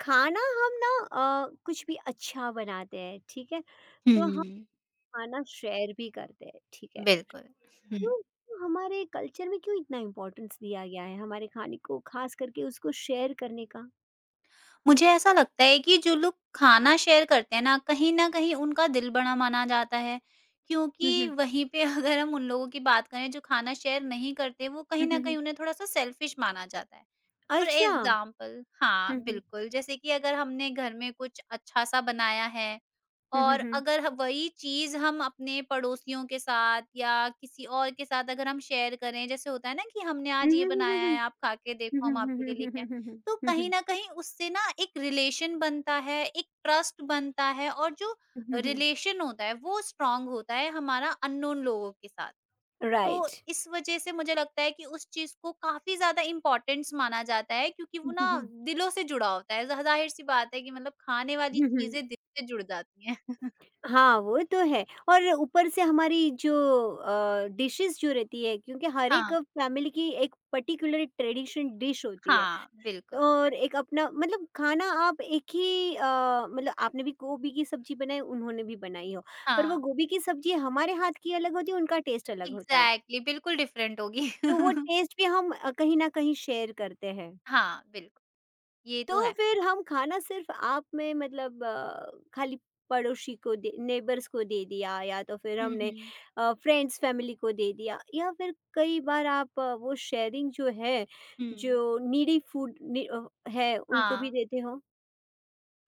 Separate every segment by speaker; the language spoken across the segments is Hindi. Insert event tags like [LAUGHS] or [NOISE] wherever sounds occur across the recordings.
Speaker 1: खाना हम ना कुछ भी अच्छा बनाते हैं, ठीक है? तो हम
Speaker 2: हुँ,
Speaker 1: खाना शेयर भी करते हैं, ठीक है?
Speaker 2: बिल्कुल। हुँ,
Speaker 1: तो हमारे कल्चर में क्यों इतना इम्पोर्टेंस दिया गया है हमारे खाने को खास करके उसको शेयर करने का?
Speaker 2: मुझे ऐसा लगता है कि जो लोग खाना शेयर करते हैं ना, कहीं न कहीं उनका दिल बड़ा माना जाता है,
Speaker 1: हुँ,
Speaker 2: क्योंकि
Speaker 1: हुँ।
Speaker 2: वहीं पे [LAUGHS] अगर हम उन लोगों की बात करें जो खाना शेयर नहीं करते, वो कहीं
Speaker 1: हुँ,
Speaker 2: न
Speaker 1: हुँ, हुँ।
Speaker 2: कहीं उन्हें थोड़ा-सा सेल्फिश माना जाता है। फॉर
Speaker 1: अच्छा।
Speaker 2: एग्ज़ाम्पल हाँ,
Speaker 1: हुँ, हुँ।
Speaker 2: बिल्कुल, जैसे कि अगर हमने घर में कुछ अच्छा-सा बनाया है
Speaker 1: हुँ, हुँ,
Speaker 2: और
Speaker 1: हुँ।
Speaker 2: अगर ह वही चीज़ हम अपने पड़ोसियों के साथ या किसी और के साथ अगर हम शेयर करें, जैसे होता है ना कि हमने
Speaker 1: हुँ,
Speaker 2: आज ये
Speaker 1: हुँ, हुँ,
Speaker 2: बनाया
Speaker 1: हुँ, हुँ।
Speaker 2: है, आप खा के
Speaker 1: हुँ,
Speaker 2: देखो, हम
Speaker 1: हुँ, हुँ,
Speaker 2: आपके
Speaker 1: हुँ,
Speaker 2: लिए लेके
Speaker 1: हुँ, हुँ,
Speaker 2: आए।
Speaker 1: हुँ, हुँ,
Speaker 2: तो
Speaker 1: हुँ,
Speaker 2: कहीं
Speaker 1: हुँ,
Speaker 2: न कहीं उससे ना एक रिलेशन बनता है, एक ट्रस्ट बनता है और जो
Speaker 1: हुँ, हुँ, हुँ।
Speaker 2: रिलेशन होता है, वो स्ट्रॉन्ग होता है हमारा अननोन लोगों के साथ। तो
Speaker 1: राइट।
Speaker 2: इस वजह से मुझे लगता है कि उस चीज़ को काफ़ी ज़्यादा इम्पोर्टेंस माना जाता है क्योंकि वो
Speaker 1: हुँ,
Speaker 2: ना
Speaker 1: हुँ, हुँ।
Speaker 2: दिलों से जुड़ा होता है। ज़ाहिर-सी बात है कि मतलब खाने वाली
Speaker 1: हुँ, हुँ।
Speaker 2: चीज़ें दिल से जुड़ जाती हैं। [LAUGHS]
Speaker 1: हाँ, वो तो है और ऊपर से हमारी जो डिशेज़ जो रहती है क्योंकि हर एक
Speaker 2: हाँ,
Speaker 1: फैमिली की एक पर्टिकुलर ट्रेडिशन डिश होती है
Speaker 2: हाँ, बिल्कुल।
Speaker 1: और एक अपना मतलब खाना आप एक ही मतलब आपने भी गोभी की सब्ज़ी बनाई, उन्होंने भी बनाई हो। पर वो
Speaker 2: हाँ,
Speaker 1: गोभी की सब्ज़ी हमारे हाथ की अलग होती है, उनका टेस्ट अलग होता है।
Speaker 2: एग्ज़ैक्टली बिल्कुल डिफ़रेंट होगी।
Speaker 1: तो वो
Speaker 2: [LAUGHS]
Speaker 1: टेस्ट भी हम कहीं न कहीं शेयर करते हैं।
Speaker 2: हाँ, बिल्कुल, ये तो
Speaker 1: तो
Speaker 2: है।
Speaker 1: फिर हम खाना सिर्फ आप में मतलब खाली पड़ोसी को दे नेबर्स को दे दिया या तो फिर
Speaker 2: हुँ,
Speaker 1: हमने
Speaker 2: हुँ।
Speaker 1: फ्रेंड्स फैमिली को दे दिया या फिर कई बार आप वो शेयरिंग जो है
Speaker 2: हुँ,
Speaker 1: जो नीडी फूड है उनको
Speaker 2: हाँ।
Speaker 1: भी देते हो।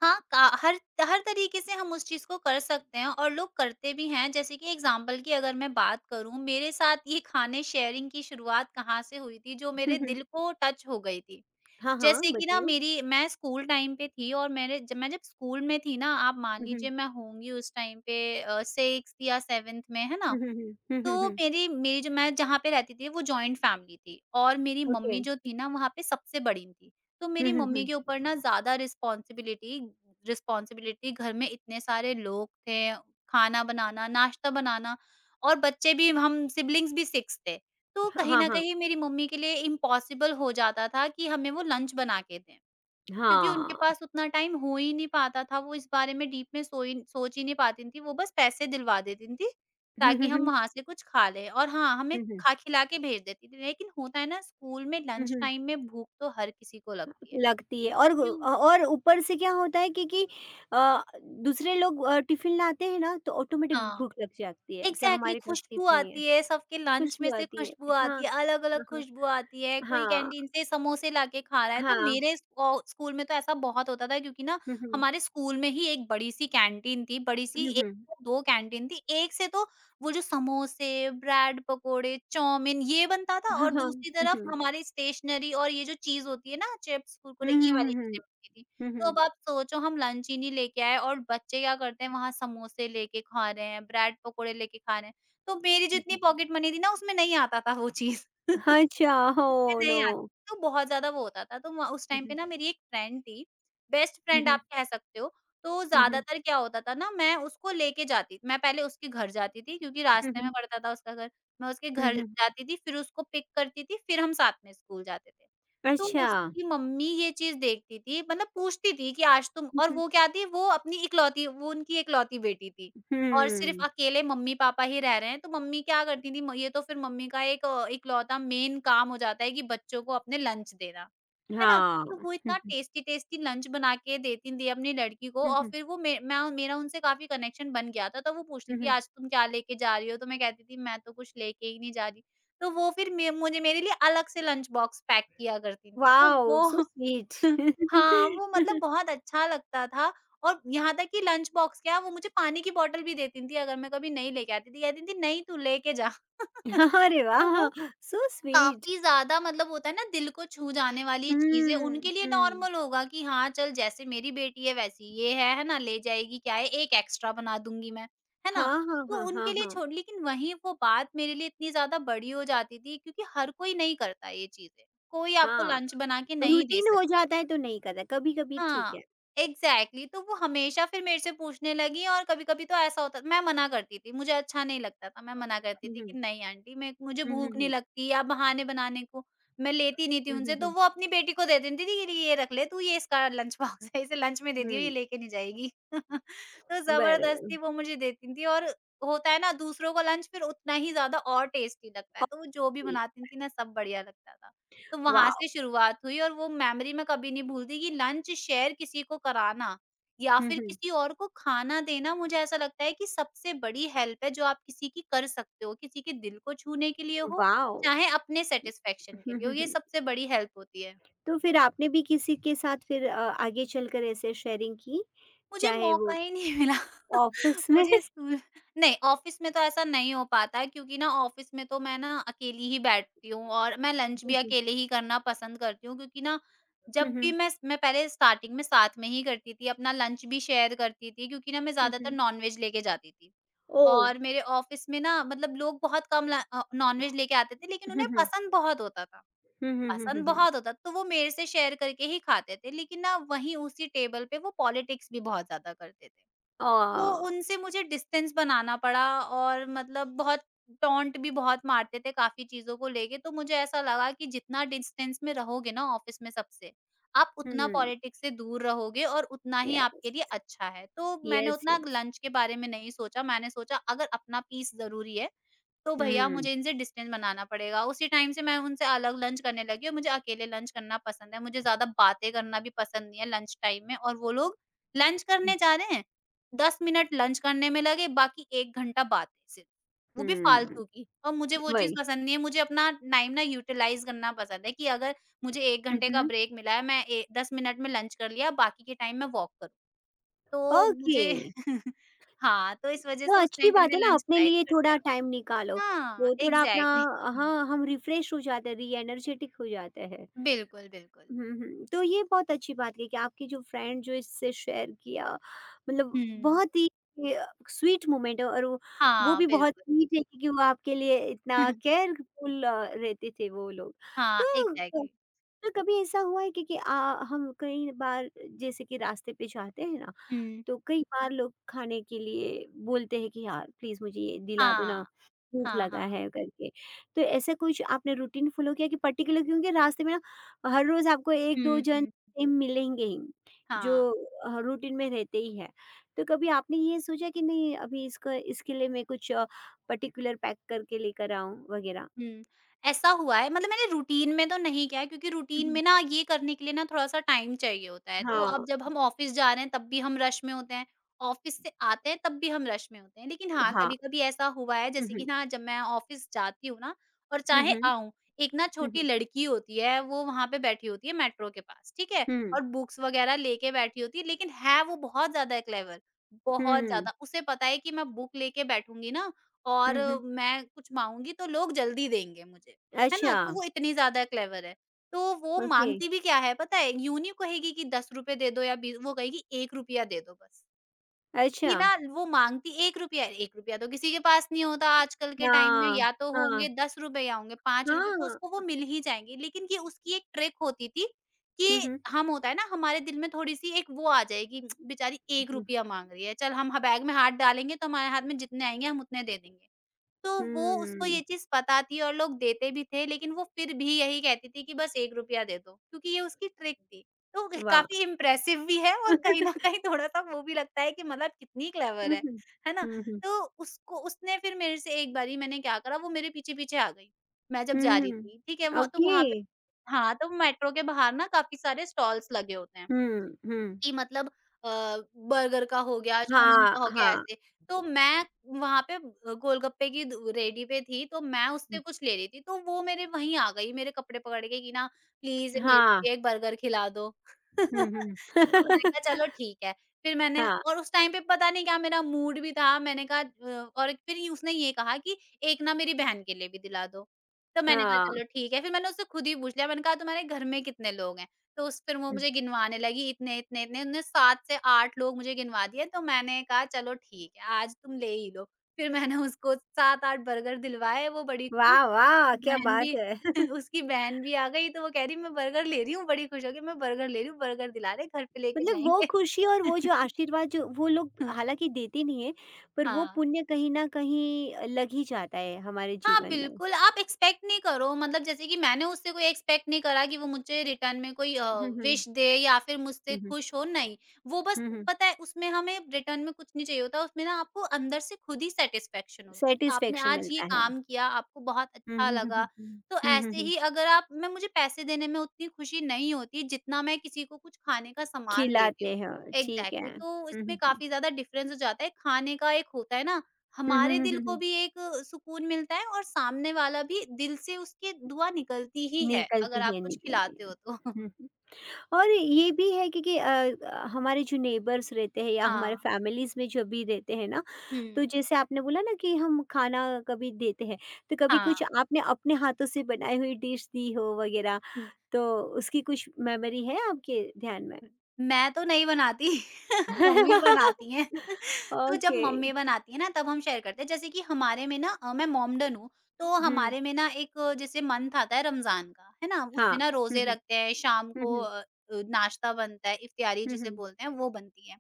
Speaker 2: हाँ, का हर हर तरीके से हम उस चीज़ को कर सकते हैं और लोग करते भी हैं। जैसे कि एग्ज़ाम्पल की अगर मैं बात करूँ, मेरे साथ ये खाने शेयरिंग की शुरुआत कहाँ से हुई थी, जो
Speaker 1: हम्म,
Speaker 2: मेरे
Speaker 1: हम्म,
Speaker 2: दिल को टच हो गई थी।
Speaker 1: हाँ हाँ
Speaker 2: जैसे कि ना
Speaker 1: बताइए।
Speaker 2: मेरी मैं स्कूल टाइम पे थी और मेरे जब मैं जब स्कूल में थी ना, आप
Speaker 1: [LAUGHS]
Speaker 2: मान
Speaker 1: हम्म,
Speaker 2: लीजिए मैं होंगी उस टाइम पे 6th या 7th में, है ना?
Speaker 1: हम्म, हम्म, हम्म,
Speaker 2: तो
Speaker 1: हम्म, हम्म,
Speaker 2: मेरी मेरी जो मैं जहाँ पे रहती थी वो जॉइंट फैमिली थी और मेरी
Speaker 1: ओके।
Speaker 2: मम्मी
Speaker 1: [LAUGHS]
Speaker 2: जो थी ना वहाँ पे सबसे बड़ी थी। तो
Speaker 1: हम्म,
Speaker 2: मेरी
Speaker 1: हम्म,
Speaker 2: मम्मी के
Speaker 1: हम्म,
Speaker 2: ऊपर ना ज़्यादा रिस्पॉन्सिबिलिटी रिस्पॉन्सिबिलिटी घर में इतने सारे लोग थे, खाना बनाना, नाश्ता बनाना और बच्चे भी हम सिबलिंग्स भी 6 थे। तो कहीं
Speaker 1: हाँ
Speaker 2: न
Speaker 1: हाँ।
Speaker 2: कहीं मेरी मम्मी के लिए इम्पॉसिबल हो जाता था कि हमें वो लंच बना के दें।
Speaker 1: [LAUGHS]
Speaker 2: क्योंकि उनके
Speaker 1: हाँ
Speaker 2: पास उतना टाइम हो ही नहीं पाता था, वो इस बारे में डीप में सोई सोच ही नहीं पाती थीं, वो बस पैसे दिलवा देती थीं,
Speaker 1: हम्म,
Speaker 2: ताकि
Speaker 1: हम्म,
Speaker 2: हम
Speaker 1: हम्म,
Speaker 2: वहाँ से कुछ खा लें और हाँ, हमें
Speaker 1: हम्म,
Speaker 2: खा-खिला के भेज देती थीं। लेकिन होता है ना स्कूल में
Speaker 1: हम्म,
Speaker 2: लंच
Speaker 1: हम्म,
Speaker 2: टाइम में भूख तो हर किसी को लगती है।
Speaker 1: लगती है और
Speaker 2: क्यों?
Speaker 1: और ऊपर से क्या होता है क्योंकि अ, दूसरे लोग टिफ़िन लाते हैं ना तो ऑटोमेटिक
Speaker 2: हाँ।
Speaker 1: भूख लग जाती है कि
Speaker 2: एग्ज़ैक्टली
Speaker 1: हमारे पास
Speaker 2: खुशबू
Speaker 1: टिफ़िन नहीं है,
Speaker 2: आती है, सबके लंच में
Speaker 1: खुशबू
Speaker 2: से
Speaker 1: आती है।
Speaker 2: खुशबू
Speaker 1: हाँ,
Speaker 2: आती है, अलग-अलग
Speaker 1: हाँ,
Speaker 2: खुशबू आती है, कोई
Speaker 1: हाँ,
Speaker 2: कैंटीन से समोसे लाके खा रहा है। तो
Speaker 1: हाँ।
Speaker 2: मेरे स्कॉ स्कूल में तो ऐसा बहुत होता था क्योंकि ना
Speaker 1: हुँ, हुँ।
Speaker 2: हमारे स्कूल में ही एक बड़ी-सी कैंटीन थी, बड़ी-सी
Speaker 1: हुँ,
Speaker 2: 1
Speaker 1: हुँ।
Speaker 2: या 2 कैंटीन थी। एक से तो वो जो समोसे, ब्रेड पकोड़े, चाउमीन ये बनता था
Speaker 1: हाँ,
Speaker 2: और
Speaker 1: हाँ।
Speaker 2: दूसरी
Speaker 1: हुँ,
Speaker 2: तरफ
Speaker 1: हुँ।
Speaker 2: हमारी स्टेशनरी और ये जो चीज़ होती है ना चिप्स,
Speaker 1: हुँ,
Speaker 2: कुरकुरे ये वाली
Speaker 1: हुँ, हुँ,
Speaker 2: चीज़ें
Speaker 1: हुँ।
Speaker 2: मिलती थी।
Speaker 1: हुँ,
Speaker 2: तो
Speaker 1: हुँ।
Speaker 2: अब आप सोचो हम लंच ही नहीं लेके आए और बच्चे क्या करते हैं वहाँ समोसे लेके खा रहे हैं, ब्रेड पकोड़े लेके खा रहे हैं। तो मेरी
Speaker 1: हुँ,
Speaker 2: जितनी
Speaker 1: हुँ।
Speaker 2: पॉकेट मनी थी ना उसमें नहीं आता था वो चीज़। [LAUGHS]
Speaker 1: अच्छा,
Speaker 2: उसमें
Speaker 1: ओह नो!
Speaker 2: नहीं आती, तो बहुत ज़्यादा वो होता था, तो म उस
Speaker 1: हुँ,
Speaker 2: टाइम पे
Speaker 1: हुँ।
Speaker 2: ना मेरी एक फ्रेंड थी, बेस्ट
Speaker 1: हुँ,
Speaker 2: फ्रेंड
Speaker 1: हुँ।
Speaker 2: आप कह सकते हो, तो
Speaker 1: हुँ, हुँ।
Speaker 2: ज़्यादातर क्या होता था ना मैं पहले उसके घर जाती थी क्योंकि
Speaker 1: हुँ,
Speaker 2: रास्ते में
Speaker 1: हुँ।
Speaker 2: पड़ता था उसका घर, मैं उसके
Speaker 1: हुँ,
Speaker 2: घर
Speaker 1: हुँ।
Speaker 2: जाती थी, फिर उसको पिक करती थी, फिर हम साथ में स्कूल जाते थे। तो
Speaker 1: अच्छा।
Speaker 2: उसकी मम्मी ये चीज़ देखती थी मतलब पूछती थी कि आज तुम
Speaker 1: हुँ,
Speaker 2: और
Speaker 1: हुँ।
Speaker 2: वो क्या थी वो उनकी इकलौती बेटी थी। और सिर्फ
Speaker 1: हुँ।
Speaker 2: अकेले मम्मी-पापा ही रह रहे हैं, तो मम्मी क्या करती थी, म ये तो फिर मम्मी का एक इकलौता मेन काम हो जाता है कि बच्चों को अपने लंच देना, है ना?
Speaker 1: हाँ।
Speaker 2: तो वो
Speaker 1: हुँ,
Speaker 2: इतना
Speaker 1: हुँ।
Speaker 2: टेस्टी-टेस्टी लंच बना के देती थी अपनी लड़की को
Speaker 1: हुँ,
Speaker 2: और
Speaker 1: हुँ।
Speaker 2: फिर वो मे मैं मेरा उनसे काफ़ी कनेक्शन बन गया था, तो वो पूछती
Speaker 1: हुँ,
Speaker 2: थी,
Speaker 1: हुँ।
Speaker 2: "आज तुम क्या लेके जा रही हो?" तो मैं कहती थी, "मैं तो कुछ लेके ही नहीं जा रही।" तो वो फिर मे मुझे मेरे लिए अलग से लंच बॉक्स पैक किया करती थी, तो
Speaker 1: वाओ!
Speaker 2: वो
Speaker 1: सो स्वीट।
Speaker 2: हाँ, वो मतलब
Speaker 1: [LAUGHS]
Speaker 2: बहुत अच्छा लगता था और यहाँ तक कि लंच बॉक्स क्या, वो मुझे पानी की बॉटल भी देती थी अगर मैं कभी नहीं लेके आती थी। कहती थी, "नहीं, तू लेके जा।"
Speaker 1: [LAUGHS]
Speaker 2: [LAUGHS]
Speaker 1: अरे
Speaker 2: तो
Speaker 1: वाह!
Speaker 2: वो
Speaker 1: सो स्वीट।
Speaker 2: काफ़ी ज़्यादा मतलब होता है ना दिल को छू जाने वाली चीज़ें
Speaker 1: हुँ,
Speaker 2: उनके लिए
Speaker 1: हुँ।
Speaker 2: नॉर्मल होगा कि हाँ, चल जैसे मेरी बेटी है वैसी ये है ना? ले जाएगी क्या है, एक एक्स्ट्रा बना दूँगी मैं, है ना?
Speaker 1: हाँ, हाँ,
Speaker 2: तो
Speaker 1: हाँ, हाँ,
Speaker 2: उनके लिए
Speaker 1: हाँ।
Speaker 2: छोड़ लेकिन वहीं वो बात मेरे लिए इतनी ज़्यादा बड़ी हो जाती थी क्योंकि हर कोई नहीं करता ये चीज़ें। कोई आपको
Speaker 1: हाँ,
Speaker 2: लंच बना के नहीं दे
Speaker 1: रूटीन हो
Speaker 2: सकता।
Speaker 1: जाता है तो नहीं करता, कभी-कभी ठीक
Speaker 2: हाँ,
Speaker 1: है।
Speaker 2: एग्ज़ैक्टली तो वो हमेशा फिर मेरे से पूछने लगी और कभी-कभी तो ऐसा होता मैं मना करती थी, मुझे अच्छा नहीं लगता था, मैं मना करती
Speaker 1: हुँ,
Speaker 2: थी
Speaker 1: हुँ।
Speaker 2: कि नहीं आंटी मैं मुझे
Speaker 1: हुँ, हुँ,
Speaker 2: भूख नहीं
Speaker 1: हुँ।
Speaker 2: लगती या बहाने बनाने को, मैं लेती नहीं थी
Speaker 1: हुँ,
Speaker 2: उनसे
Speaker 1: हुँ,
Speaker 2: तो
Speaker 1: हुँ।
Speaker 2: वो अपनी बेटी को दे देती थी कि ये रख ले तू ये इसका लंच बॉक्स है, इसे लंच में दे दियो
Speaker 1: हुँ,
Speaker 2: ये लेके नहीं जाएगी। [LAUGHS] तो
Speaker 1: बरोबर
Speaker 2: ज़बरदस्ती वो मुझे देती थी और होता है ना दूसरों का लंच फिर उतना ही ज़्यादा और टेस्टी लगता है, तो वो जो भी
Speaker 1: केलं.
Speaker 2: बनाती थी ना सब बढ़िया लगता था। तो
Speaker 1: वॉव!
Speaker 2: वहाँ से शुरुआत हुई और वो मेमोरी मैं कभी नहीं भूलती कि लंच शेयर किसी को कराना या
Speaker 1: हुँ,
Speaker 2: फिर
Speaker 1: हुँ।
Speaker 2: किसी और को खाना देना मुझे ऐसा लगता है कि सबसे बड़ी हेल्प है जो आप किसी की कर सकते हो, किसी के दिल को छूने के लिए हो,
Speaker 1: वॉव!
Speaker 2: चाहे अपने सैटिस्फैक्शन के
Speaker 1: हुँ,
Speaker 2: लिए हो,
Speaker 1: हुँ,
Speaker 2: ये
Speaker 1: हुँ।
Speaker 2: सबसे बड़ी हेल्प होती है।
Speaker 1: तो फिर आपने भी किसी के साथ फिर आगे चलकर ऐसे शेयरिंग की?
Speaker 2: मुझे
Speaker 1: चाहे
Speaker 2: मौका
Speaker 1: वो
Speaker 2: ही नहीं मिला। [LAUGHS]
Speaker 1: ऑफ़िस में।
Speaker 2: मुझे स्कूल नहीं, ऑफ़िस में तो ऐसा नहीं हो पाता है क्योंकि ना ऑफ़िस में तो मैं ना अकेली ही बैठती हूँ और मैं लंच भी
Speaker 1: हुँ, हुँ।
Speaker 2: अकेले ही करना पसंद करती हूँ क्योंकि ना
Speaker 1: हुँ,
Speaker 2: जब भी
Speaker 1: हुँ।
Speaker 2: मैं स मैं पहले स्टार्टिंग में साथ में ही करती थी, अपना लंच भी शेयर करती थी क्योंकि ना मैं
Speaker 1: हुँ,
Speaker 2: ज़्यादातर
Speaker 1: हुँ।
Speaker 2: नॉन-वेज लेके जाती थी।
Speaker 1: ओह!
Speaker 2: और मेरे ऑफ़िस में ना मतलब लोग बहुत कम नॉन-वेज लेके आते थे लेकिन
Speaker 1: हुँ,
Speaker 2: उन्हें
Speaker 1: हुँ।
Speaker 2: पसंद बहुत होता था।
Speaker 1: हुँ, हुँ, हुँ, हुँ,
Speaker 2: पसंद
Speaker 1: हुँ।
Speaker 2: बहुत होता तो वो मेरे से शेयर करके ही खाते थे, लेकिन ना वहीं उसी टेबल पे वो पॉलिटिक्स भी बहुत ज़्यादा करते थे। तो
Speaker 1: ओह!
Speaker 2: उनसे मुझे डिस्टेंस बनाना पड़ा और मतलब बहुत टॉन्ट भी बहुत मारते थे काफ़ी चीज़ों को लेके, तो मुझे ऐसा लगा कि जितना डिस्टेंस में रहोगे ना ऑफ़िस में सबसे, आप उतना
Speaker 1: हुँ,
Speaker 2: पॉलिटिक्स से दूर रहोगे और उतना ही आपके
Speaker 1: येस।
Speaker 2: लिए अच्छा है। तो मैंने
Speaker 1: येस,
Speaker 2: उतना
Speaker 1: येस।
Speaker 2: लंच के बारे में नहीं सोचा, मैंने सोचा अगर अपना पीस ज़रूरी है, तो भैया
Speaker 1: हुँ।
Speaker 2: मुझे इनसे डिस्टेंस बनाना पड़ेगा। उसी टाइम से मैं उनसे अलग लंच करने लगी और मुझे अकेले लंच करना पसंद है। मुझे ज़्यादा बातें करना भी पसंद नहीं है लंच टाइम में और वो लोग लंच
Speaker 1: हुँ।
Speaker 2: करने जा रहे हैं, 10 मिनट लंच करने में लगे, बाकी 1 घंटा बातें सिर्फ, वो भी
Speaker 1: हुँ,
Speaker 2: फालतू की और मुझे वो चीज़
Speaker 1: वही।
Speaker 2: पसंद नहीं है। मुझे अपना टाइम ना यूटिलाइज़ करना पसंद है कि अगर मुझे 1
Speaker 1: हुँ,
Speaker 2: घंटे का
Speaker 1: हुँ।
Speaker 2: ब्रेक मिला है, मैं ए 10 मिनट में लंच कर लिया, बाकी के टाइम मैं वॉक करूँ। तो
Speaker 1: ओके,
Speaker 2: मुझे [LAUGHS] हाँ, तो इस वज़ह
Speaker 1: तो
Speaker 2: से उस
Speaker 1: अच्छी
Speaker 2: टाइम पे
Speaker 1: बात
Speaker 2: मैंने
Speaker 1: है ना
Speaker 2: लंच
Speaker 1: अपने
Speaker 2: साइड
Speaker 1: लिए
Speaker 2: कर
Speaker 1: थोड़ा
Speaker 2: दिया।
Speaker 1: टाइम निकालो,
Speaker 2: हाँ,
Speaker 1: वो थोड़ा अपना।
Speaker 2: एग्ज़ैक्टली [LAUGHS]
Speaker 1: हाँ, हम रिफ्रेश हो जाते हैं, रीएनर्जेटिक हो जाते हैं।
Speaker 2: बिल्कुल, बिल्कुल।
Speaker 1: हुँ, हुँ, तो ये बहुत अच्छी बात है कि आपकी जो फ्रेंड जो इससे शेयर किया, मतलब
Speaker 2: हुँ,
Speaker 1: बहुत ही ये स्वीट मोमेंट है और वो
Speaker 2: हाँ,
Speaker 1: भी बहुत
Speaker 2: बिल्कुल।
Speaker 1: स्वीट है क्योंकि वो आपके लिए इतना
Speaker 2: [LAUGHS]
Speaker 1: केयरफुल रहते थे वो लोग।
Speaker 2: हाँ,
Speaker 1: तो
Speaker 2: एग्ज़ैक्टली
Speaker 1: तो कभी ऐसा हुआ है कि हम कई बार जैसे कि रास्ते पे जाते हैं ना
Speaker 2: हुँ,
Speaker 1: तो कई बार लोग खाने के लिए बोलते हैं कि यार प्लीज मुझे ये दिला दो ना,
Speaker 2: हाँ,
Speaker 1: भूख
Speaker 2: हाँ,
Speaker 1: लगा
Speaker 2: हाँ।
Speaker 1: है करके। तो ऐसा कुछ आपने रूटीन फॉलो किया कि पर्टिकुलर क्योंकि रास्ते में ना हर रोज आपको एक दो
Speaker 2: हुँ,
Speaker 1: जन
Speaker 2: हुँ,
Speaker 1: सेम मिलेंगे ही जो
Speaker 2: हाँ।
Speaker 1: रूटीन में रहते ही है। तो कभी आपने ये सोचा कि नहीं अभी इसको इसके लिए मैं कुछ पर्टिकुलर पैक करके लेकर आऊं वगैरह?
Speaker 2: हुँ, ऐसा हुआ है मतलब मैंने रूटीन में तो नहीं किया है क्योंकि रूटीन
Speaker 1: हम्म।
Speaker 2: में ना ये करने के लिए ना थोड़ा-सा टाइम चाहिए होता है। तो
Speaker 1: हाँ
Speaker 2: अब जब हम ऑफ़िस जा रहे हैं तब भी हम रश में होते हैं, ऑफ़िस से आते हैं तब भी हम रश में होते हैं। लेकिन हाँ,
Speaker 1: हाँ
Speaker 2: कभी-कभी ऐसा हुआ है जैसे कि
Speaker 1: हम्म
Speaker 2: ना जब मैं ऑफ़िस जाती हूँ ना और
Speaker 1: हम्म
Speaker 2: चाहे
Speaker 1: हम्म
Speaker 2: आऊँ, एक ना छोटी
Speaker 1: हम्म
Speaker 2: लड़की होती है वो वहाँ पे बैठी होती है मेट्रो के पास, ठीक है?
Speaker 1: हुँ,
Speaker 2: और बुक्स वग़ैरह लेके बैठी होती है लेकिन है वो बहुत ज़्यादा क्लेवर, बहुत
Speaker 1: हुँ,
Speaker 2: ज़्यादा। उसे पता है कि मैं बुक लेके बैठूँगी ना
Speaker 1: हुँ,
Speaker 2: और
Speaker 1: हुँ।
Speaker 2: मैं कुछ माँगूँगी तो लोग जल्दी देंगे मुझे, है ना?
Speaker 1: अच्छा,
Speaker 2: तो वो इतनी ज़्यादा क्लेवर है। तो वो
Speaker 1: ओके,
Speaker 2: माँगती भी क्या है पता है? यूँ नहीं कहेगी कि ₹10 दे दो या बी वो कहेगी ₹1 दे दो बस।
Speaker 1: अच्छा,
Speaker 2: कि ना वो माँगती ₹1 तो किसी के पास नहीं होता आजकल के टाइम में
Speaker 1: हाँ,
Speaker 2: या तो
Speaker 1: हाँ, हाँ।
Speaker 2: होंगे ₹10 या होंगे ₹5 तो उसको वो मिल ही जाएँगे। लेकिन ये उसकी एक ट्रिक होती थी कि
Speaker 1: हुँ, हुँ,
Speaker 2: हम होता है ना हमारे दिल में थोड़ी-सी एक वो आ जाएगी बेचारी
Speaker 1: हुँ,
Speaker 2: ₹1 माँग रही है, चल हम ह बैग में हाथ डालेंगे तो हमारे हाथ में जितने आएँगे हम उतने दे देंगे। तो वो उसको
Speaker 1: हुँ,
Speaker 2: ये चीज़ पता थी और लोग देते भी थे, लेकिन वो फिर भी यही कहती थी कि बस ₹1 दे दो, क्योंकि ये उसकी ट्रिक थी। तो
Speaker 1: वाह!
Speaker 2: काफ़ी इम्प्रेसिव भी है और कहीं न कहीं
Speaker 1: [LAUGHS]
Speaker 2: थोड़ा-सा वो भी लगता है कि मतलब कितनी क्लेवर
Speaker 1: हुँ, हुँ,
Speaker 2: है ना?
Speaker 1: हुँ, हुँ,
Speaker 2: तो उसको उसने फिर मेरे से एक बारी मैंने क्या करा वो मेरे पीछे-पीछे आ गई। मैं जब जा रही
Speaker 1: हुँ,
Speaker 2: थी, ठीक है?
Speaker 1: ओके,
Speaker 2: वहाँ पे हाँ, तो मेट्रो के बाहर ना काफ़ी सारे स्टॉल्स लगे होते हैं।
Speaker 1: हुँ, हुँ,
Speaker 2: कि मतलब अ, बर्गर का हो गया, चाउमीन
Speaker 1: हाँ,
Speaker 2: का हो गया ऐसे। तो मैं वहाँ पे गोलगप्पे की द रेडी पे थी तो मैं उससे
Speaker 1: हुँ,
Speaker 2: कुछ ले रही थी, तो वो मेरे वहीं आ गई मेरे कपड़े पकड़ के कि ना प्लीज़ मेरे
Speaker 1: हाँ,
Speaker 2: लिए एक बर्गर खिला दो।
Speaker 1: हुँ, हुँ,
Speaker 2: [LAUGHS] तो मैंने कहा
Speaker 1: [LAUGHS]
Speaker 2: चलो ठीक है। फिर मैंने
Speaker 1: हाँ,
Speaker 2: और उस टाइम पे पता नहीं क्या मेरा मूड भी था मैंने कहा और फिर उसने ये कहा कि एक ना मेरी बहन के लिए भी दिला दो। तो मैंने कहा
Speaker 1: हाँ,
Speaker 2: चलो ठीक है। फिर मैंने उससे खुद ही पूछ लिया मैंने कहा तुम्हारे घर में कितने लोग हैं? तो उस फिर वो
Speaker 1: हुँ,
Speaker 2: मुझे गिनवाने लगी इतने, इतने, इतने उन्होंने 7 से 8 लोग मुझे गिनवा दिए तो मैंने कहा चलो ठीक है आज तुम ले ही लो। फिर मैंने उसको 7-8 बर्गर दिलवाए वो बड़ी
Speaker 1: वाह,
Speaker 2: खुश
Speaker 1: वाह!
Speaker 2: उसकी
Speaker 1: क्या
Speaker 2: बहन
Speaker 1: बात
Speaker 2: भी
Speaker 1: है।
Speaker 2: [LAUGHS]
Speaker 1: [LAUGHS]
Speaker 2: उसकी बहन भी आ गई तो वो कह रही मैं बर्गर ले रही हूँ, बड़ी खुश हो गई मैं बर्गर ले रही हूँ, बर्गर दिला रहे, घर पे लेके
Speaker 1: मतलब वो
Speaker 2: जाएँगे।
Speaker 1: खुशी और वो जो
Speaker 2: [LAUGHS]
Speaker 1: आशीर्वाद जो वो लोग हालाँकि देते नहीं है, पर वो
Speaker 2: हाँ।
Speaker 1: पुण्य कहीं न कहीं लग ही जाता है हमारे
Speaker 2: हाँ,
Speaker 1: जीवन में।
Speaker 2: बिल्कुल, आप एक्सपेक्ट नहीं करो मतलब जैसे कि मैंने उससे कोई एक्सपेक्ट नहीं करा कि वो मुझे रिटर्न में कोई
Speaker 1: हुँ, हुँ।
Speaker 2: विश दे या फिर मुझसे
Speaker 1: हुँ, हुँ।
Speaker 2: खुश हो, नहीं। वो बस
Speaker 1: हुँ, हुँ।
Speaker 2: पता है उसमें हमें रिटर्न में कुछ नहीं चाहिए होता, उसमें ना आपको अंदर से खुद ही सैटिस्फैक्शन होगी कि आपने
Speaker 1: सैटिस्फैक्शन
Speaker 2: आज ये
Speaker 1: मिलता है।
Speaker 2: काम किया, आपको बहुत
Speaker 1: हुँ,
Speaker 2: अच्छा
Speaker 1: हुँ, हुँ,
Speaker 2: लगा।
Speaker 1: हुँ, हुँ।
Speaker 2: तो
Speaker 1: हुँ, हुँ,
Speaker 2: ऐसे
Speaker 1: हुँ।
Speaker 2: ही अगर आप मैं मुझे पैसे देने में उतनी खुशी नहीं होती जितना मैं किसी को कुछ खाने का सामान देती हूँ।
Speaker 1: खिलाते हो, ठीक है।
Speaker 2: एग्ज़ैक्टली, तो
Speaker 1: हुँ, हुँ,
Speaker 2: इसमें
Speaker 1: हुँ।
Speaker 2: काफ़ी ज़्यादा डिफ़रेंस हो जाता है, खाने का एक होता है ना
Speaker 1: हुँ, हुँ,
Speaker 2: हमारे
Speaker 1: हुँ,
Speaker 2: दिल
Speaker 1: हुँ,
Speaker 2: को
Speaker 1: हुँ।
Speaker 2: भी एक सुकून मिलता है और सामने वाला भी दिल से उसकी दुआ निकलती ही है,
Speaker 1: निकलती
Speaker 2: अगर आप
Speaker 1: है,
Speaker 2: कुछ
Speaker 1: निकलती
Speaker 2: खिलाते
Speaker 1: है।
Speaker 2: हो तो। [LAUGHS]
Speaker 1: हुँ। और ये भी है क्योंकि हमारे जो नेबर्स रहते हैं या हमारे
Speaker 2: हाँ,
Speaker 1: फैमिलीज़ में जो भी रहते हैं ना, तो
Speaker 2: हुँ,
Speaker 1: जैसे आपने बोला ना कि हम खाना कभी देते हैं, तो कभी
Speaker 2: हाँ,
Speaker 1: कुछ आपने अपने हाथों से बनाई हुई डिश दी हो वगैरह,
Speaker 2: हुँ।
Speaker 1: तो उसकी कुछ मेमोरी है आपके ध्यान में?
Speaker 2: मैं तो नहीं बनाती, [LAUGHS] मम्मी
Speaker 1: [LAUGHS]
Speaker 2: बनाती हैं। [LAUGHS] तो जब
Speaker 1: ओके।
Speaker 2: मम्मी बनाती है ना तब हम शेयर करते हैं। जैसे कि हमारे में ना मैं मोमडन हूँ, तो
Speaker 1: हुँ,
Speaker 2: हमारे में ना एक जैसे मंथ आता है रमज़ान का, है ना?
Speaker 1: हाँ।
Speaker 2: उसमें ना
Speaker 1: हुँ,
Speaker 2: रोज़े
Speaker 1: हुँ।
Speaker 2: रखते हैं, शाम
Speaker 1: हुँ,
Speaker 2: को
Speaker 1: हुँ।
Speaker 2: नाश्ता बनता है, इफ्तियारी
Speaker 1: हुँ,
Speaker 2: जिसे
Speaker 1: हुँ।
Speaker 2: बोलते हैं वो बनती है।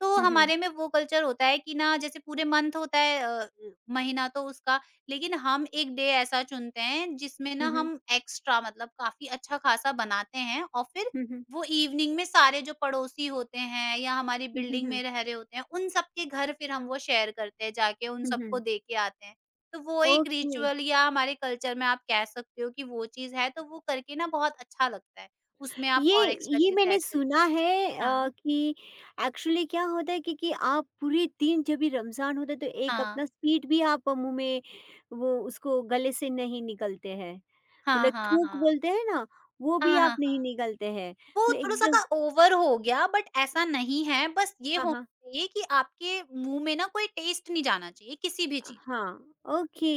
Speaker 2: तो
Speaker 1: हुँ, हुँ।
Speaker 2: हमारे में वो कल्चर होता है कि ना जैसे पूरे मंथ होता है महीना तो उसका, लेकिन हम एक डे ऐसा चुनते हैं जिसमें ना हम एक्स्ट्रा मतलब काफ़ी अच्छा-खासा बनाते हैं और फिर
Speaker 1: हुँ, हुँ।
Speaker 2: वो इवनिंग में सारे जो पड़ोसी होते हैं या हमारी
Speaker 1: हुँ,
Speaker 2: बिल्डिंग
Speaker 1: हुँ।
Speaker 2: में रह रहे होते हैं, उन सबके घर फिर हम वो शेयर करते हैं जाके उन
Speaker 1: हुँ,
Speaker 2: सबको
Speaker 1: हुँ।
Speaker 2: दे के आते हैं। तो वो एक
Speaker 1: ओके।
Speaker 2: रिचुअल या हमारे कल्चर में आप कह सकते हो कि वो चीज़ है, तो वो करके ना बहुत अच्छा लगता है। उसमें आप
Speaker 1: ये
Speaker 2: और एक्स्ट्रा
Speaker 1: ये
Speaker 2: चीज़
Speaker 1: मैंने
Speaker 2: ऐड
Speaker 1: सुना
Speaker 2: करके
Speaker 1: है
Speaker 2: हाँ।
Speaker 1: कि एक्चुअली क्या होता है कि आप पूरे दिन जब भी रमज़ान होता है तो एक
Speaker 2: हाँ।
Speaker 1: अपना स्पीड भी आप मुँह में वो उसको गले से नहीं निकलते हैं।
Speaker 2: हाँ,
Speaker 1: मतलब
Speaker 2: हाँ,
Speaker 1: थूक
Speaker 2: हाँ।
Speaker 1: बोलते हैं ना, वो भी
Speaker 2: हाँ,
Speaker 1: आप
Speaker 2: हाँ, हाँ।
Speaker 1: नहीं निकलते हैं।
Speaker 2: वो
Speaker 1: मतलब
Speaker 2: थोड़ा-सा
Speaker 1: एकदम।
Speaker 2: का ओवर हो गया बट ऐसा नहीं है, बस ये
Speaker 1: हाँ,
Speaker 2: होना
Speaker 1: हाँ।
Speaker 2: चाहिए कि आपके मुँह में ना कोई टेस्ट नहीं जाना चाहिए किसी भी चीज़
Speaker 1: हाँ, ओके।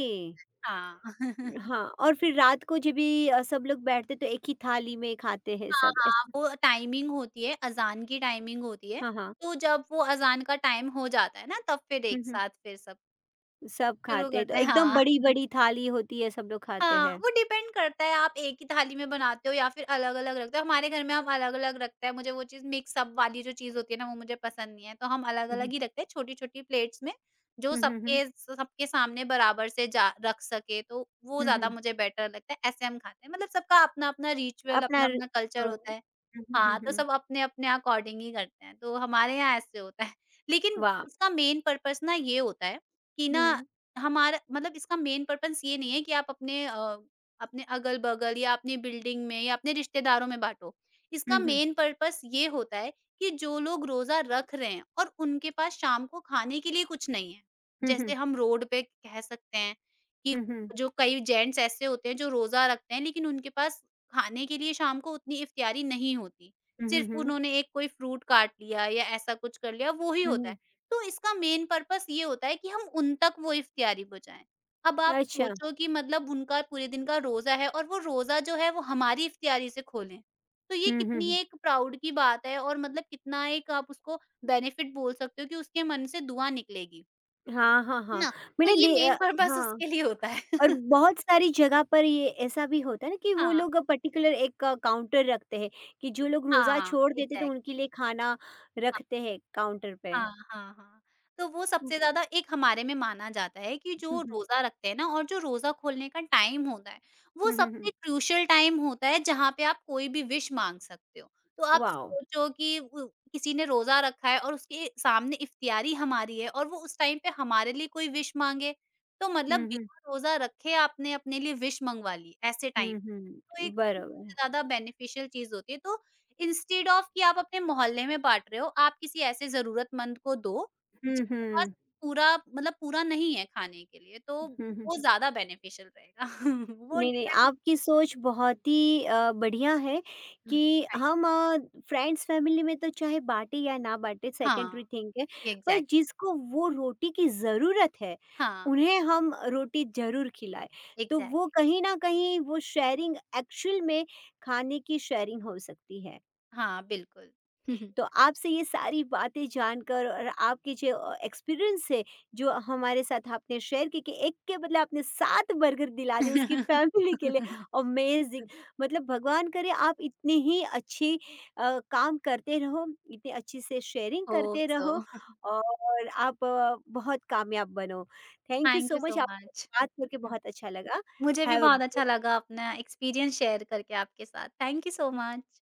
Speaker 2: हाँ। [LAUGHS]
Speaker 1: हाँ, और फिर रात को जब भी सब लोग बैठते तो एक ही थाली में खाते हैं
Speaker 2: हाँ,
Speaker 1: सब
Speaker 2: हाँ,
Speaker 1: ऐसे।
Speaker 2: वो टाइमिंग होती है, अज़ान की टाइमिंग होती है,
Speaker 1: हाँ, हाँ।
Speaker 2: तो जब वो अज़ान का टाइम हो जाता है ना तब फिर
Speaker 1: हुँ,
Speaker 2: एक
Speaker 1: हुँ।
Speaker 2: साथ फिर सब
Speaker 1: सब
Speaker 2: शुरू
Speaker 1: खाते हैं तो
Speaker 2: करते हैं
Speaker 1: एकदम
Speaker 2: हाँ।
Speaker 1: बड़ी-बड़ी थाली होती है सब लोग खाते
Speaker 2: हाँ,
Speaker 1: हैं।
Speaker 2: वो डिपेंड करता है आप एक ही थाली में बनाते हो या फिर अलग-अलग रखते हो। हमारे घर में हम अलग-अलग रखते हैं, मुझे वो चीज़ मिक्स अप वाली जो चीज़ होती है ना, वो मुझे पसंद नहीं है। तो हम
Speaker 1: हुँ,
Speaker 2: अलग-अलग
Speaker 1: हुँ।
Speaker 2: ही रखते हैं छोटी-छोटी प्लेट्स में, जो
Speaker 1: हुँ, हुँ, हुँ।
Speaker 2: सबके सबके सामने बराबर से जा रख सके, तो वो
Speaker 1: हुँ,
Speaker 2: ज़्यादा
Speaker 1: हुँ।
Speaker 2: मुझे बेटर लगता है, ऐसे हम खाते हैं। मतलब सबका अपना-अपना रिचुअल,
Speaker 1: अपना र
Speaker 2: अपना-अपना कल्चर होता है।
Speaker 1: हुँ, हुँ, हुँ,
Speaker 2: हाँ, तो
Speaker 1: हुँ।
Speaker 2: सब अपने-अपने अकॉर्डिंग ही करते हैं, तो हमारे यहाँ ऐसे होता है। लेकिन
Speaker 1: वाह!
Speaker 2: इसका मेन पर्पज़ ना ये होता है कि ना
Speaker 1: हुँ,
Speaker 2: हमारा मतलब इसका मेन पर्पस ये नहीं है कि आप अपने अपने अगल-बगल या अपनी बिल्डिंग में या अपने रिश्तेदारों में बाँटो।
Speaker 1: हुँ,
Speaker 2: इसका
Speaker 1: हुँ,
Speaker 2: मेन पर्पस ये होता है कि जो लोग रोज़ा रख रहे हैं और उनके पास शाम को खाने के लिए कुछ नहीं है।
Speaker 1: हुँ, हुँ,
Speaker 2: जैसे हम रोड पे कह सकते हैं कि
Speaker 1: हुँ, हुँ, हुँ,
Speaker 2: जो कई जेंट्स ऐसे होते हैं जो रोज़ा रखते हैं लेकिन उनके पास खाने के लिए शाम को उतनी इफ्तियारी नहीं होती।
Speaker 1: हुँ,
Speaker 2: सिर्फ़
Speaker 1: हुँ,
Speaker 2: उन्होंने एक कोई फ्रूट काट लिया या ऐसा कुछ कर लिया वो ही
Speaker 1: हुँ,
Speaker 2: होता है।
Speaker 1: हुँ।
Speaker 2: तो इसका मेन पर्पस ये होता है कि हम उन तक वो इफ्तियारी पहुँचाएँ। अब आप
Speaker 1: अच्छा।
Speaker 2: सोचो कि मतलब उनका पूरे दिन का रोज़ा है और वो रोज़ा जो है वो हमारी इफ्तियारी से खोलें। तो ये
Speaker 1: हुँ, हुँ,
Speaker 2: कितनी
Speaker 1: हुँ।
Speaker 2: एक प्राउड की बात है और मतलब कितना एक आप उसको बेनिफिट बोल सकते हो कि उसके मन से दुआ निकलेगी,
Speaker 1: हाँ, हाँ,
Speaker 2: है
Speaker 1: हाँ।
Speaker 2: ना? तो
Speaker 1: मैंने
Speaker 2: ये
Speaker 1: दे
Speaker 2: मेन पर्पस
Speaker 1: हाँ।
Speaker 2: उसके लिए होता है।
Speaker 1: और
Speaker 2: [LAUGHS]
Speaker 1: बहुत सारी जगह पर ये ऐसा भी होता है ना कि वो
Speaker 2: हाँ,
Speaker 1: लोग पर्टिकुलर एक काउंटर रखते हैं कि जो लोग रोज़ा
Speaker 2: हाँ,
Speaker 1: छोड़ देते तो उनके
Speaker 2: एग्ज़ैक्टली।
Speaker 1: लिए खाना रखते हैं काउंटर पे।
Speaker 2: हाँ, हाँ, हाँ। तो वो
Speaker 1: हुँ,
Speaker 2: सबसे ज़्यादा एक हमारे में माना जाता है कि
Speaker 1: हुँ,
Speaker 2: जो
Speaker 1: हुँ,
Speaker 2: रोज़ा रखते हैं ना और जो रोज़ा खोलने का टाइम होता है, वो
Speaker 1: हुँ, हुँ, हुँ।
Speaker 2: सबसे क्रूशियल टाइम होता है जहाँ पे आप कोई भी विश माँग सकते हो। तो आप
Speaker 1: वाव!
Speaker 2: सोचो कि उ किसी ने रोज़ा रखा है और उसके सामने इफ्तियारी हमारी है और वो उस टाइम पे हमारे लिए कोई विश माँगे, तो मतलब
Speaker 1: हुँ, हुँ,
Speaker 2: बिना रोज़ा रखे आपने अपने लिए विश मँगवा ली, ऐसे टाइम
Speaker 1: हुँ, हुँ।
Speaker 2: तो एक
Speaker 1: बरोबर.
Speaker 2: ज़्यादा बेनिफिशियल चीज़ होती है। तो इंस्टेड ऑफ कि आप अपने मोहल्ले में बाँट रहे हो, आप किसी ऐसे ज़रूरतमंद को दो,
Speaker 1: हुँ,
Speaker 2: जिसके पास
Speaker 1: हुँ,
Speaker 2: पूरा मतलब पूरा नहीं है खाने के लिए, तो
Speaker 1: हुँ, हुँ।
Speaker 2: वो ज़्यादा बेनिफिशियल रहेगा। [LAUGHS] वो
Speaker 1: नहीं, नहीं,
Speaker 2: डिपेंड
Speaker 1: आपकी सोच बहुत ही बढ़िया है कि
Speaker 2: खाएँगे।
Speaker 1: हम फ्रेंड्स फैमिली में तो चाहे बाँटे या ना बाँटे सेकेंडरी
Speaker 2: हाँ,
Speaker 1: थिंग है, पर
Speaker 2: एग्ज़ैक्ट
Speaker 1: जिसको वो रोटी की ज़रूरत है,
Speaker 2: हाँ,
Speaker 1: उन्हें हम रोटी ज़रूर खिलाएँ। तो वो
Speaker 2: एग्ज़ैक्टली
Speaker 1: कहीं न कहीं वो शेयरिंग एक्चुअल में खाने की शेयरिंग हो सकती है।
Speaker 2: हाँ, बिल्कुल।
Speaker 1: तो आपसे ये सारी बातें जानकर और आपकी जो एक्सपीरियंस है जो हमारे साथ आपने शेयर की कि एक के बदले आपने 7 बर्गर दिला दिए उसकी फैमिली के लिए,
Speaker 2: [LAUGHS]
Speaker 1: अमेजिंग! मतलब भगवान करे आप इतने ही अच्छे काम करते रहो, इतने अच्छे से शेयरिंग
Speaker 2: होप
Speaker 1: करते
Speaker 2: सो।
Speaker 1: रहो और आप बहुत कामयाब बनो। Thank you
Speaker 2: thank
Speaker 1: so
Speaker 2: you
Speaker 1: much,
Speaker 2: so
Speaker 1: आपसे
Speaker 2: मच।
Speaker 1: बात करके बहुत अच्छा लगा।
Speaker 2: मुझे भी
Speaker 1: हैव
Speaker 2: बहुत अच्छा
Speaker 1: अ
Speaker 2: लगा अपना एक्सपीरियंस शेयर करके आपके साथ। Thank you so much.